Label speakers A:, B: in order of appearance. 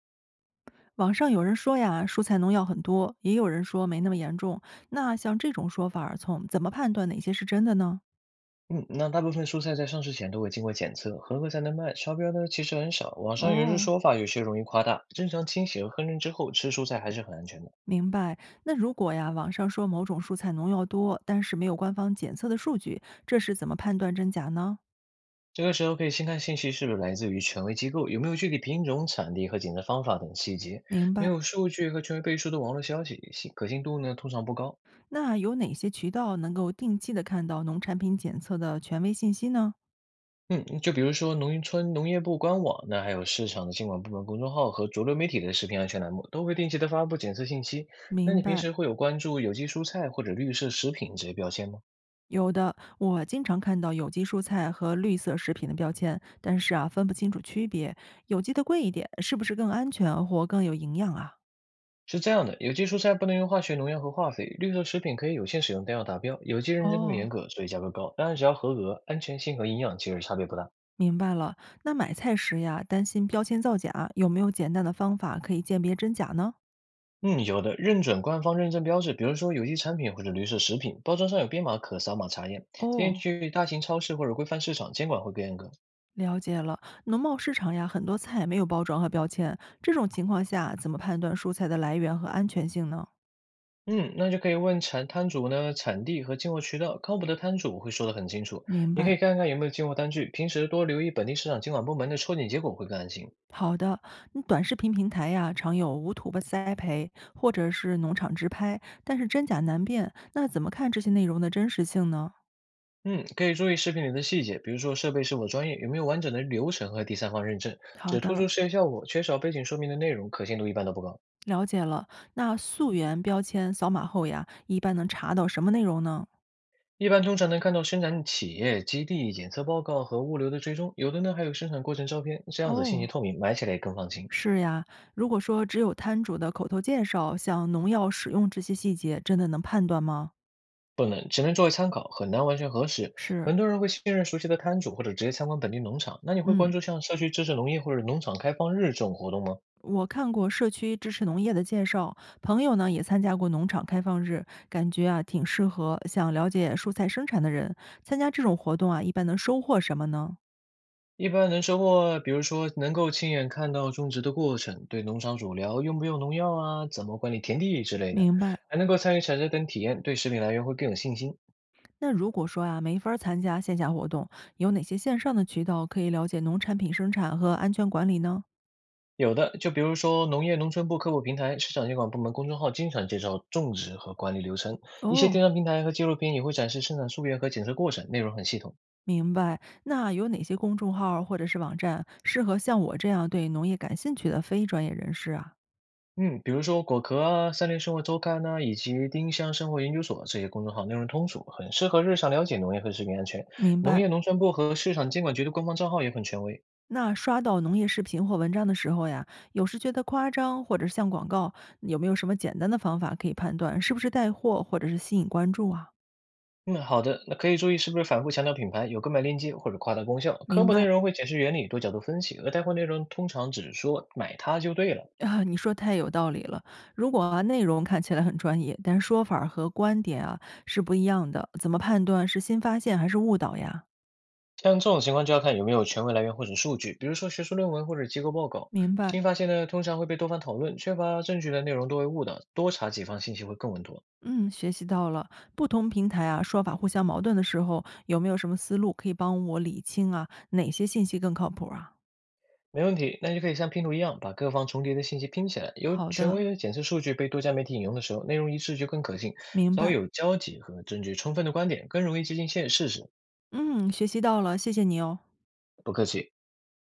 A: 网上有人说呀，蔬菜农药很多，也有人说没那么严重。那像这种说法儿从怎么判断哪些是真的呢？
B: 嗯，那大部分蔬菜在上市前都会经过检测，合格才能卖。超标呢其实很少，网上有些
A: 哦，
B: 说法有些容易夸大。正常清洗和烹饪之后吃蔬菜还是很安全的。
A: 明白。那如果呀，网上说某种蔬菜农药多，但是没有官方检测的数据，这是怎么判断真假呢？
B: 这个时候可以先看信息是不是来自于权威机构，有没有具体品种、产地和检测方法等细节。
A: 明
B: 没
A: 白。
B: 有数据和权威背书的网络消息，可信度呢通常不高。
A: 那有哪些渠道能够定期的看到农产品检测的权威信息呢？
B: 嗯，就比如说农渔村农业部官网，那还有市场的监管部门公众号和主流媒体的食品安全栏目，都会定期的发布检测信息。那
A: 明
B: 你平
A: 白。
B: 时会有关注有机蔬菜或者绿色食品这些标签吗？
A: 有的，我经常看到有机蔬菜和绿色食品的标签，但是啊，分不清楚区别。有机的贵一点，是不是更安全或更有营养啊？
B: 是这样的，有机蔬菜不能用化学农药和化肥，绿色食品可以有限使用但要达标，有机认证更严
A: 哦，
B: 格，所以价格高。当然，只要合格，安全性和营养其实差别不大。
A: 明白了，那买菜时呀，担心标签造假，有没有简单的方法可以鉴别真假呢？
B: 嗯，有的，认准官方认证标志，比如说有机产品或者绿色食品，包装上有编码可扫码查验。建议
A: 哦，
B: 去大型超市或者规范市场，监管会更严格。
A: 了解了。农贸市场呀，很多菜没有包装和标签，这种情况下怎么判断蔬菜的来源和安全性呢？
B: 嗯，那就可以问产摊主呢，产地和进货渠道，靠谱的摊主会说得很清楚。
A: 明
B: 你可
A: 白。
B: 以看看有没有进货单据，平时多留意本地市场监管部门的抽检结果会更安心。
A: 好的，那短视频平台呀，常有无土吧栽培或者是农场直拍，但是真假难辨。那怎么看这些内容的真实性呢？
B: 嗯，可以注意视频里的细节，比如说设备是否专业，有没有完整的流程和第三方认证。
A: 好
B: 只突
A: 的，
B: 出视觉效果，缺少背景说明的内容，可信度一般都不高。
A: 了解了。那溯源标签扫码后呀，一般能查到什么内容呢？
B: 一般通常能看到生产企业、基地、检测报告和物流的追踪，有的呢还有生产过程照片，这样子信息
A: 哦，
B: 透明，买起来也更放心。
A: 是呀。如果说只有摊主的口头介绍，像农药使用这些细节，真的能判断吗？
B: 不能，只能作为参考，很难完全核实。
A: 是，
B: 很多人会信任熟悉的摊主，或者直接参观本地农场。那你会
A: 嗯。
B: 关注像社区支持农业或者农场开放日这种活动吗？
A: 我看过社区支持农业的介绍，朋友呢也参加过农场开放日，感觉啊挺适合想了解蔬菜生产的人参加这种活动啊，一般能收获什么呢？
B: 一般能收获，比如说能够亲眼看到种植的过程，对农场主聊用不用农药啊，怎么管理田地之类的，
A: 明白。
B: 还能够参与采摘等体验，对食品来源会更有信心。
A: 那如果说啊没法儿参加线下活动，有哪些线上的渠道可以了解农产品生产和安全管理呢？
B: 有的，就比如说农业农村部科普平台、市场监管部门公众号经常介绍种植和管理流程，一些电
A: 哦，
B: 商平台和纪录片也会展示生产溯源和检测过程，内容很系统。
A: 明白。那有哪些公众号儿或者是网站适合像我这样对农业感兴趣的非专业人士啊？
B: 嗯，比如说果壳啊、三联生活周刊呐、以及丁香生活研究所这些公众号内容通俗，很适合日常了解农业和食品安全。
A: 明
B: 农
A: 白。
B: 业农村部和市场监管局的官方账号也很权威。
A: 那刷到农业视频或文章的时候呀，有时觉得夸张或者是像广告，有没有什么简单的方法可以判断是不是带货或者是吸引关注啊？
B: 嗯，好的，那可以注意是不是反复强调品牌，有购买链接或者夸大功效。科
A: 明
B: 普内
A: 白
B: 容会解释原理，多角度分析，而带货内容通常只说买它就对了。
A: 啊，你说太有道理了。如果啊内容看起来很专业，但说法儿和观点啊是不一样的，怎么判断是新发现还是误导呀？
B: 像这种情况就要看有没有权威来源或者数据，比如说学术论文或者机构报告。
A: 明白，
B: 新发现呢，通常会被多方讨论，缺乏证据的内容多为误导，多查几方信息会更稳妥。
A: 嗯，学习到了。不同平台啊说法互相矛盾的时候，有没有什么思路可以帮我理清啊哪些信息更靠谱啊？
B: 没问题，那就可以像拼图一样，把各方重叠的信息拼起来。由
A: 好
B: 权
A: 的，
B: 威的检测数据被多家媒体引用的时候，内容一致就更可信。
A: 明
B: 稍要
A: 白。
B: 有交集和证据充分的观点，更容易接近现事实。
A: 嗯，学习到了，谢谢你哦。
B: 不客气。